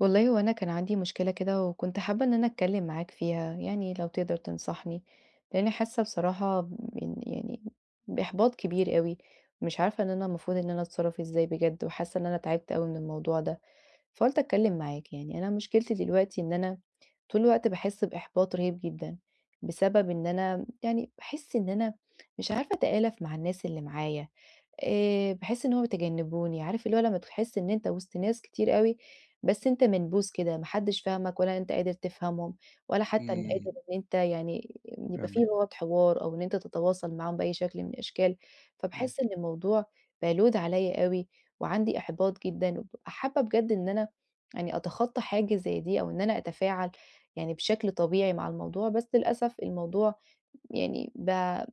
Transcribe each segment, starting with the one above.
والله هو أنا كان عندي مشكلة كده وكنت حابة إن أنا أتكلم معاك فيها، يعني لو تقدر تنصحني، لأني حاسة بصراحة بإن يعني بإحباط كبير أوي، مش عارفة إن أنا المفروض إن أنا أتصرف إزاي بجد، وحاسة إن أنا تعبت أوي من الموضوع ده، فقُلت أتكلم معاك يعني. أنا مشكلتي دلوقتي إن أنا طول الوقت باحس بإحباط رهيب جدًا، بسبب إن أنا يعني باحس إن أنا مش عارفة أتآلف مع الناس اللي معايا. باحس إن هُم بيتجنبوني، عارف اللي هو لمّا تحس إن أنت وسط ناس كتير أوي، بس أنت منبوذ كده، ما حدش فاهمك ولا أنت قادر تفهمهم، ولا حتى إن إمم، قادر إن أنت يعني يبقى في فاهمِك، لغة حوار أو إن أنت تتواصل معاهم بأي شكل من الأشكال، إمم، فباحس إن الموضوع بقى load عليَّ أوي، وعندي إحباط جدًا، وبابقى حابة بجد إن أنا يعني أتخطى حاجة زي دي، أو إن أنا أتفاعل يعني بشكل طبيعي مع الموضوع، بس للأسف الموضوع يعني بقى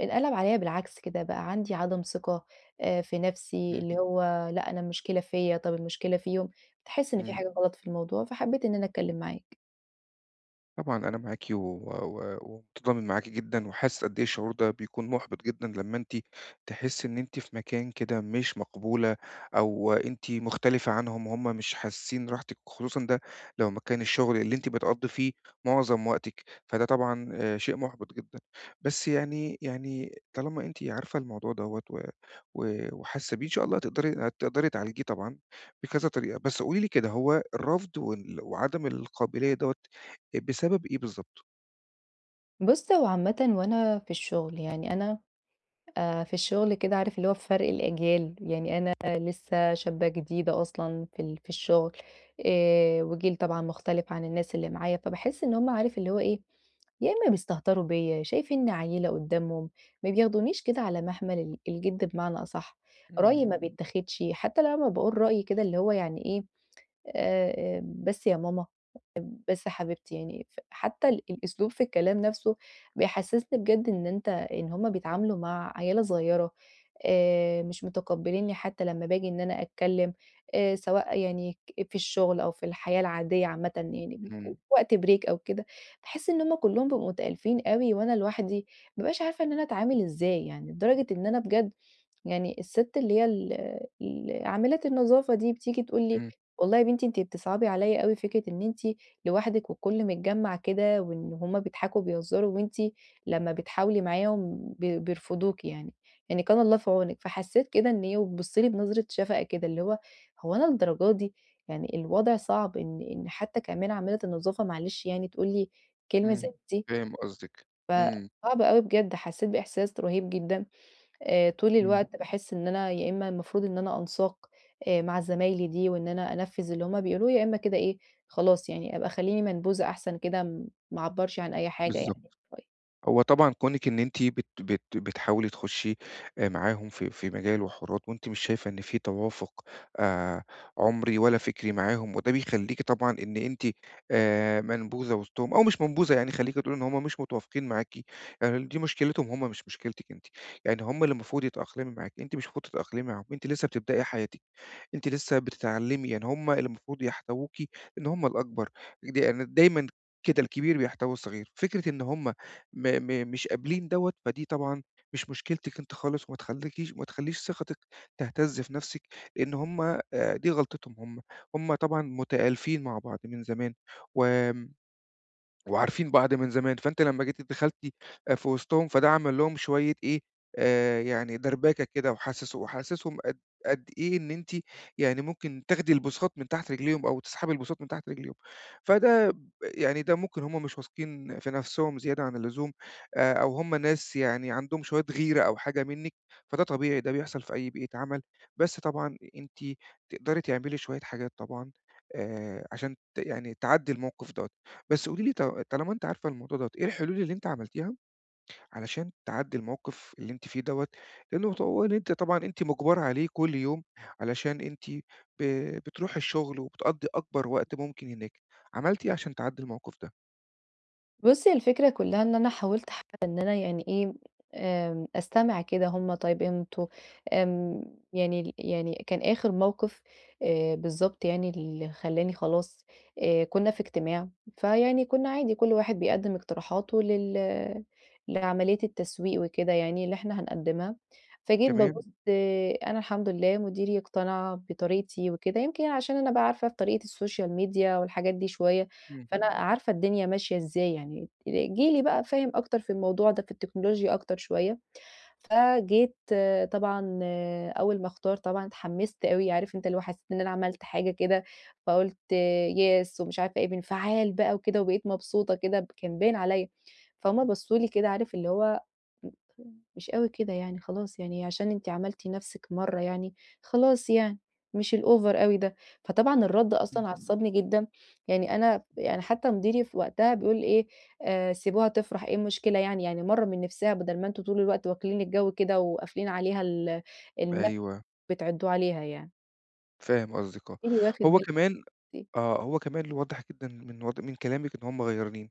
انقلب عليّا بالعكس كده، بقى عندي عدم ثقة في نَفْسي، إمم، اللي هو لأ أنا المشكلة فيّا، طَب المشكلة فيهم، تحس إن في إمم. حاجة غلط في الموضوع، فحبّيت إن أنا أتكلّم معاك. طبعًا أنا معاكِ و و ومتضامن معاكِ جدًا، وحاسس قد إيه الشعور ده بيكون مُحبِط جدًا لمّا أنتِ تحسّي إن أنتِ في مكان كده مش مقبولة، أو أنتِ مختلفة عنهم، هُم مش حاسين راحتِك، خصوصًا ده لو مكان الشغل اللي أنتِ بتقضّي فيه معظم وقتِك، فده طبعًا شيء مُحبِط جدًا. بس يعني طالما أنتِ عارفة الموضوع دوّة و و وحاسة بيه، إن شاء الله هتقدري تعالجيه طبعًا بكذا طريقة. بس قولي لي كده، هو الرفض وعدم القابلية دوّة بسبب إيه بالضبط؟ بُص، هو عامةً وأنا في الشغل، يعني أنا في الشغل كده عارف اللي هو فرق الأجيال، يعني أنا لسه شابة جديدة أصلًا في الشغل، وجيل طبعًا مختلف عن الناس اللي معايا، فباحس إن هم عارف اللي هو إيه، يا إما بيستهتروا بيا شايفيني عيلة قدامهم، ما بياخدونيش كده على محمل الجد بمعنى أصح. رأيي إمم. ما بيتاخدش حتى لما بقول رأيي كده اللي هو يعني إيه، آه آه، بس يا ماما، بس يا حبيبتي يعني، حتى الأسلوب في الكلام نفسه بيحسسني بجد إن أنت إن هما بيتعاملوا مع عيلة صغيرة، مش متقبلينّي حتى لمّا باجي إن أنا أتكلّم، سواء يعني في الشغل أو في الحياة العادية عامةً يعني، إمم، وقت break أو كده، باحس إن هُم كلّهم بيبقوا متألّفين أوي وأنا لوحدي، ما بابقاش عارفة إن أنا أتعامل إزاي يعني، لدرجة إن أنا بجد يعني السِت اللي هي ال عاملات النضافة دي بتيجي تقول لي: إمم، "والله يا بنتي أنتِ بتصعبي عليَّ أوي فكرة إن أنتِ لوحدِك والكل متجمّع كده وإن هُم بيضحكوا وبيهزروا وأنتِ لمّا بتحاولي معاهم بيرفضوكِ يعني." يعني كان الله في عونِك. فحسيت كده إن هي وبتبُص لي بنظرة شفقة كده، اللي هو هو أنا للدرجة دي! يعني الوضع صعب إن حتى كمان عاملة النضافة معلش يعني تقول لي كلمة إمم، زي دي، فاهم قصدِك، إمم، صعب أوي بجد، حسيت بإحساس رهيب جدًا. طول إمم. الوقت باحس إن أنا يا إما المفروض إن أنا أنساق مع زمايلي دي وإن أنا أنفّذ اللي هُم بيقولوه، يا إما كده إيه، خلاص يعني أبقى خلّيني منبوذة أحسن كده، ما أعبّرش عن أي حاجة بالضبط. يعني. هو طبعًا كونِك إن أنتِ بت بت بتحاولي تخشي معاهم في مجال وحوارات وأنتِ مش شايفة إن في توافق آآ عُمري ولا فكري معاهم، وده بيخلّيكِ طبعًا إن أنتِ منبوذة وسطهم أو مش منبوذة، يعني خلّيكِ تقولي إن هم مش متوافقين معاكِ، يعني دي مشكلتهم هم مش مشكلتِك أنتِ، يعني هم اللي المفروض يتأقلمي معاكِ، أنتِ مش المفروض تتأقلمي معاهم، أنتِ لسه بتبدئي حياتِك. أنتِ لسه بتتعلمي، يعني هم اللي المفروض يحتووكِ لأن هم الأكبر، يعني دايمًا كده الكبير بيحتوي الصغير، فكرة إن هم م م مش قابلين دوّة، فدي طبعًا مش مشكلتِك أنتِ خالص، وما تخليكيش ما تخلّيش ثقتِك تهتز في نفسِك، لأن هم دي غلطتهم هم، هم طبعًا متآلفين مع بعض من زمان، و وعارفين بعض من زمان، فأنتِ لمّا جيتِ دخلتِ في وسطهم، فده عمل لهم شوية إيه، يعني دربكة كده وحسسهم قد إيه إن أنتِ يعني ممكن تاخدي البساط من تحت رجليهم أو تسحبي البساط من تحت رجليهم. فده ب يعني ده ممكن هم مش واثقين في نفسهم زيادة عن اللزوم أو هم ناس يعني عندهم شوية غيرة أو حاجة منِّك، فده طبيعي، ده بيحصل في أي بيئة عمل، بس طبعًا أنتِ تقدري تعملي شوية حاجات طبعًا عشان يعني تعدّي الموقف دوّة. بس قولي لي طالما أنتِ عارفة الموضوع دوّة، إيه الحلول اللي أنتِ عملتيها علشان تعدّي الموقف اللي أنتِ فيه دوّة؟ لأنه هو إن أنتِ طبعًا أنتِ مُجبرة عليه كل يوم علشان أنتِ ب بتروحي الشغل وبتقضّي أكبر وقت ممكن هناك. عملتِ إيه عشان تعدّي الموقف ده؟ بُصّي، الفكرة كلّها إن أنا حاولت حتى إن أنا يعني إيه، أستمع كده هم طيب أنتم، آمم، يعني يعني كان آخر موقف، بالضبط يعني اللي خلّاني خلاص، كنا في اجتماع، فيعني كنا عادي كل واحد بيقدّم اقتراحاته لعملية التسويق وكده يعني اللي إحنا هنقدّمها، فجيت تمام، بابُص. أنا الحمد لله مديري اقتنع بطريقتي وكده، يمكن عشان أنا بقى عارفة في طريقة السوشيال ميديا والحاجات دي شوية، إمم، فأنا عارفة الدنيا ماشية إزاي يعني، جيلي بقى فاهم أكتر في الموضوع ده، في التكنولوجيا أكتر شوية. فجيت آه، طبعًا آه، أول ما اختار طبعًا اتحمست أوي، عارف أنت اللي هو حسيت إن أنا عملت حاجة كده، فقُلت yes ومش عارفة إيه، بانفعال بقى وكده وبقيت مبسوطة كده، كان باين عليَّ. فهُم بصّوا لي كده عارف اللي هو مش أوي كده يعني، خلاص يعني عشان أنتِ عملتِ نَفْسِك مرّة يعني، خلاص يعني مش الأوفر أوي ده. فطبعًا الرد إمم، أصلًا عصّبني جدًا. يعني أنا يعني حتى مديري في وقتها بيقول إيه: سيبوها تفرح، إيه المشكلة يعني؟ يعني مرّة من نِفْسها بدل ما أنتم طول الوقت واكلين الجو كده وقافلين عليها النَفْس أيوه، بتعِدّوه عليها يعني." فاهم قصدِك آه. مديري واخِد هو باله. كمان هو كمان واضح جدًا من كلامِك إن هم غيرانين.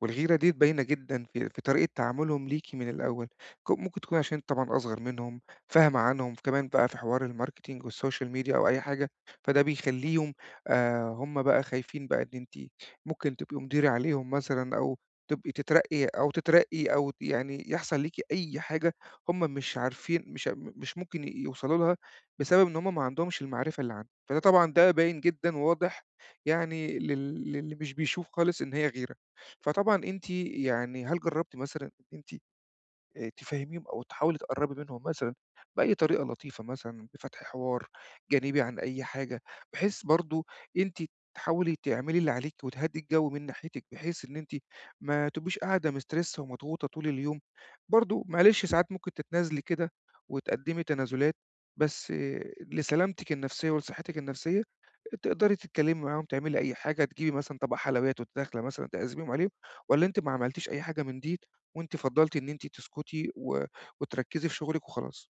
والغيرة دي باينة جدًا في طريقة تعاملهم ليكِ من الأول، ممكن تكوني عشان أنتِ طبعًا أصغر منهم، فاهمة عنهم، كمان بقى في حوار الmarketing والsocial media أو أي حاجة، فده بيخلّيهم هم بقى خايفين بقى إن أنتِ ممكن تبقي مديرة عليهم مثلًا أو تبقي تترقّي أو يعني يحصل ليكِ أي حاجة هم مش عارفين مش ممكن يوصلوا لها بسبب إن هم ما عندهمش المعرفة اللي عندِك، فده طبعًا ده باين جدًا وواضح يعني للي مش بيشوف خالص إن هي غيرة. فطبعًا أنتِ يعني هل جرّبتِ مثلًا إن أنتِ تفهّميهم أو تحاولي تقرّبي منهم مثلًا بأي طريقة لطيفة مثلًا، بفتح حوار جانبي عن أي حاجة، بحيث برضه أنتِ تحاولي تعملي اللي عليكِ وتهدّي الجو من ناحيتِك، بحيث إن أنتِ ما تبقيش قاعدة مسترِّسة ومضغوطة طول اليوم. برضه معلش ساعات ممكن تتنازلي كده وتقدّمي تنازلات، بس آه، لسلامتِك النفسية ولصحتِك النفسية تقدري تتكلّمي معاهم، تعملي أي حاجة، تجيبي مثلًا طبق حلويات وأنتِ داخلة مثلًا تعزميهم عليهم والّا أنتِ ما عملتيش أي حاجة من دي وأنتِ فضّلتِ إن أنتِ تسكتي و وتركّزي في شغلِك وخلاص.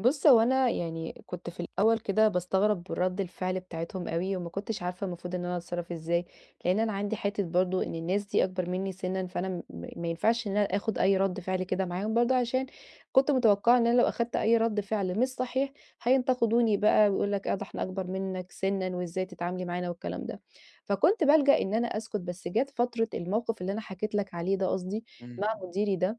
بُص، هو أنا يعني كنت في الأول كده باستغرب رَد الفعل بتاعتهم أوي، وما كنتش عارفة المفروض إن أنا أتصرّف إزاي، لإن أنا عندي حتّة برضه إن الناس دي أكبر منّي سِنًّا، فأنا ما ينفعش إن أنا آخُد أي رَد فعل كده معاهم برضه، عشان كنت متوقعة إن أنا لو أخدت أي رَد فعل مش صحيح، هينتقدوني بقى ويقولوا لك: "آه، ده إحنا أكبر منّك سِنًّا وإزاي تتعاملي معانا؟" والكلام ده. فكنت بالجأ إن أنا أسكت، بس جات فترة الموقِف اللي أنا حكيت لك عليه ده، قصدي إمم، مع مديري ده،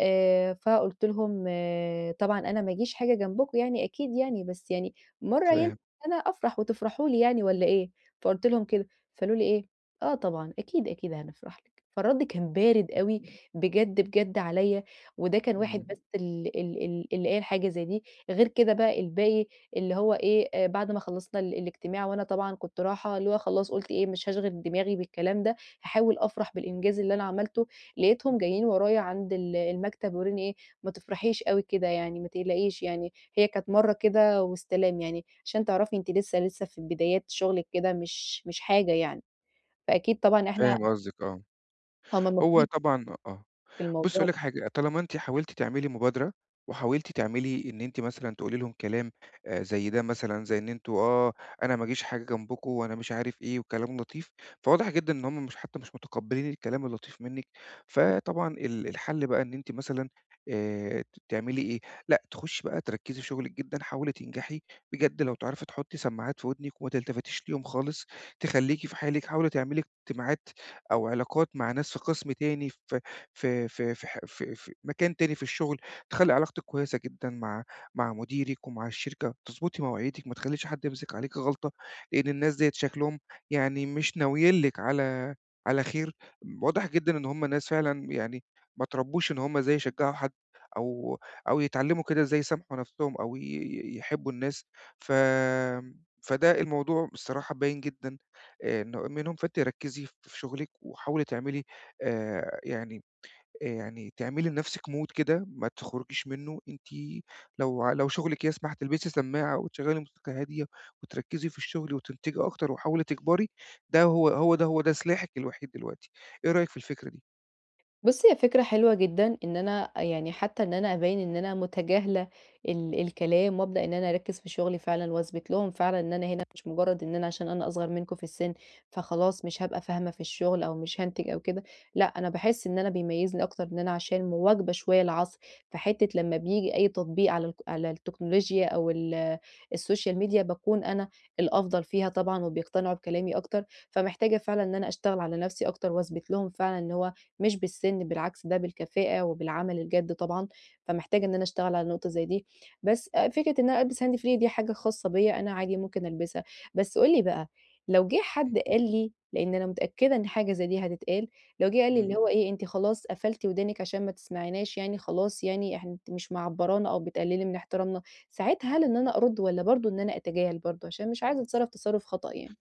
فقُلت لهم آه، طبعًا أنا ما اجيش حاجة جنبكم يعني أكيد يعني، بس يعني مرّة ينفع فاهم، أنا أفرح وتفرحوا لي يعني والّا إيه؟ فقُلت لهم كده، فقالوا لي إيه: "آه طبعًا، أكيد، أكيد هنفرح لِك." فالرَد كان بارد أوي بجد، بجد عليّا، وده كان إمم، واحد بس ال ال ال اللي قال حاجة زي دي. غير كده بقى الباقي اللي هو إيه، بعد ما خلّصنا الاجتماع وأنا طبعًا كنت راحة اللي هو خلاص قُلت إيه، مش هاشغِل دماغي بالكلام ده، هاحاول أفرح بالإنجاز اللي أنا عملته، لقيتهم جايين ورايا عند المكتب بيقولوا لي إيه: "ما تفرحيش أوي كده يعني، ما تقلقيش يعني، هي كانت مرّة كده واستلام يعني، عشان تعرفي أنتِ لسه لسه في بدايات شغلِك كده، مش حاجة يعني." فأكيد طبعًا إحنا، فاهم قصدِك آه. هُم هو المفروض طبعًا آه. في بُصّي هاقول الموضوع. لِك حاجة، طالما أنتِ حاولتِ تعملي مبادرة، وحاولتِ تعملي إن أنتِ مثلًا تقولي لهم كلام زي ده مثلًا، زي إن أنتم آه، أنا ما أجيش حاجة جنبكم وأنا مش عارف إيه وكلام لطيف، فواضح جدًا إن هم مش حتى مش متقبلين الكلام اللطيف منِّك، فطبعًا الحل بقى إن أنتِ مثلًا تعملي إيه، لأ تخشي بقى تركّزي في شغلِك جدًا، حاولي تنجحي بجد لو تعرفي تحطي سماعات في ودنِك وما تلتفتيش ليهم خالص، تخلّيكِ في حالِك، حاولي تعملي اجتماعات أو علاقات مع ناس في قسم تاني ف في في في ح في في مكان تاني في الشغل، تخلّي علاقتِك كويسة جدًا مع مديرِك ومع الشركة، تضبطي مواعيدِك، ما تخلّيش حد يمسك عليكِ غلطة، لإن الناس ديّة شكلهم يعني مش ناويين لِك على خير، واضح جدًا إن هُم ناس فعلًا يعني ما اتربّوش إن هُم إزاي يشجّعوا حد أو أو يتعلّموا كده إزاي يسامحوا نَفْسهم أو ي ي يحبّوا الناس، ف فده الموضوع الصراحة باين جدًا إن منهم فأنتِ ركّزي في شغلِك وحاولي تعملي آآ يعني يعني تعملي لنَفْسِك mood كده ما تخرجيش منّه، أنتِ لو شُغلِك يسمح تلبسي سماعة وتشغّلي موسيقى هادية وتركّزي في الشغل وتنتجي أكتر وحاولي تكبري، ده هو سلاحِك الوحيد دلوقتي، إيه رأيك في الفكرة دي؟ بُصّي، هي فكرة حلوة جدًا إن أنا يعني حتى إن أنا أبيّن إن أنا متجاهلة الكلام وأبدأ إن أنا أركّز في شغلي فعلًا وأثبت لهم فعلًا إن أنا هنا مش مجرّد إن أنا عشان أنا أصغر منكم في السِن، فخلاص مش هابقى فاهمة في الشغل أو مش هانتج أو كده. لأ، أنا باحس إن أنا بيميّزني أكتر إن أنا عشان مواكبة شوية العصر، فحتّة لمّا بييجي أي تطبيق على على التكنولوجيا أو السوشيال ميديا باكون أنا الأفضل فيها طبعًا وبيقتنعوا بكلامي أكتر، فمحتاجة فعلًا إن أنا أشتغل على نَفْسي أكتر وأثبت لهم فعلًا إن هو مش بالسن، بالعكس ده بالكفاءة وبالعمل الجاد طبعًا، فمحتاجة إن أنا أشتغل على نقطة زي دي. بس فكرة إن أنا ألبس هاند فري دي حاجة خاصة بيّا، أنا عادي ممكن ألبسها، بس قُل لي بقى، لو جِه حد قال لي، لإن أنا متأكدة إن حاجة زي دي هتتقال، لو جِه قال لي إمم. اللي هو إيه أنتِ خلاص قفلتِ ودانِك عشان ما تسمعيناش يعني، خلاص يعني إحنا أنتِ مش معبّرانا أو بتقللي من احترامنا، ساعتها هل إن أنا أرُد والّا برضه إن أنا أتجاهل برضه؟ عشان مش عايزة أتصرّف تصرُّف خطأ يعني.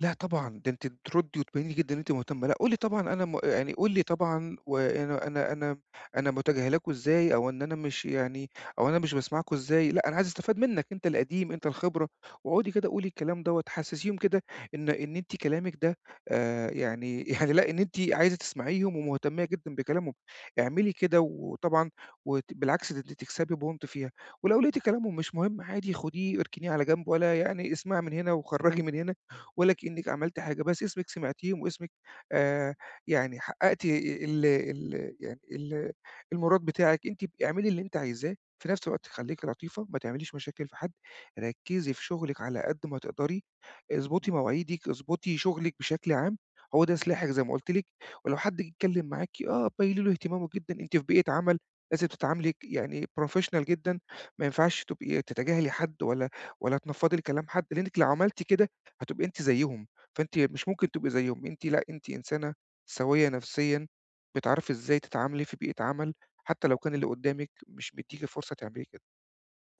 لأ طبعًا، ده أنتِ بتردّي وتبيّني لي جدًا إن أنتِ مهتمة، لأ قولي طبعًا أنا م يعني قولي طبعًا وأنا أنا أنا أنا متجاهلاكوا إزاي أو إن أنا مش يعني أو أنا مش باسمعكوا إزاي، لأ أنا عايز أستفاد منّك أنت القديم، أنت الخبرة، واقعدي كده قولي الكلام دوّة، حسّسيهم كده إن أنتِ كلامِك ده يعني يعني لأ إن أنتِ عايزة تسمعيهم ومهتمية جدًا بكلامهم، اعملي كده وطبعًا بالعكس ده أنتِ تكسبي بونت فيها، ولو لقيتِ كلامهم مش مهم عادي خُديه اركنيه على جنب ولا يعني اسمعي من هنا وخرّجي من هنا. ولا كأنِّك عملتِ حاجة، بس اسمِك سمعتيهم واسمِك آآ يعني حققتِ ال ال يعني ال المُراد بتاعِك، أنتِ اعملي اللي أنتِ عايزاه، في نفس الوقت خلّيكِ لطيفة، ما تعمليش مشاكل في حد، ركّزي في شغلِك على قد ما تقدري، اضبطي مواعيدِك، اضبطي شغلِك بشكل عام، هو ده سلاحِك زي ما قُلت لِك، ولو حد جه يتكلّم معاكِ، آه بيّني له اهتمامه جدًا، أنتِ في بيئة عمل لازم تتعاملي يعني professional جدًا، ما ينفعش تبقي تتجاهلي حد ولا تنفّضي لكلام حد، لإنِّك لو عملتِ كده هتبقي أنتِ زيّهم، فأنتِ مش ممكن تبقي زيّهم، أنتِ لأ، أنتِ إنسانة سويّة نفسيًا، بتعرفي إزاي تتعاملي في بيئة عمل، حتى لو كان اللي قدّامِك مش مدّيكِ فرصة تعملي كده.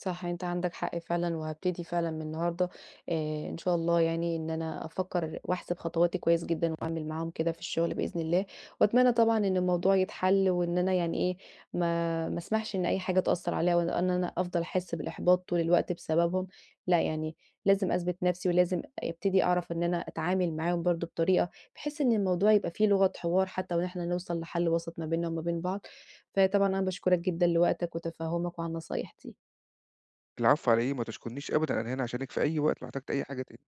صح، أنت عندك حق فعلًا، وهابتدي فعلًا من النهارده إن شاء الله يعني إن أنا أفكّر وأحسب خطواتي كويس جدًا وأعمل معاهم كده في الشغل بإذن الله، وأتمنى طبعًا إن الموضوع يتحل وإن أنا يعني إيه، ما اسمحش إن أي حاجة تأثّر عليَّ وإن أنا أفضل أحس بالإحباط طول الوقت بسببهم، لأ يعني لازم أثبت نَفْسي ولازم أبتدي أعرف إن أنا أتعامل معاهم برضه بطريقة بحيث إن الموضوع يبقى فيه لغة حوار، حتى وإن إحنا نوصل لحل وسط ما بيننا وما بين بعض، فطبعًا أنا باشكرك جدًا لوقتك وتفهُّمك وعلى النصايح دي. العفو على إيه، ما تشكرنيش أبدًا، أنا هنا عشانِك في أي وقت لو احتجتِ أي حاجة تاني.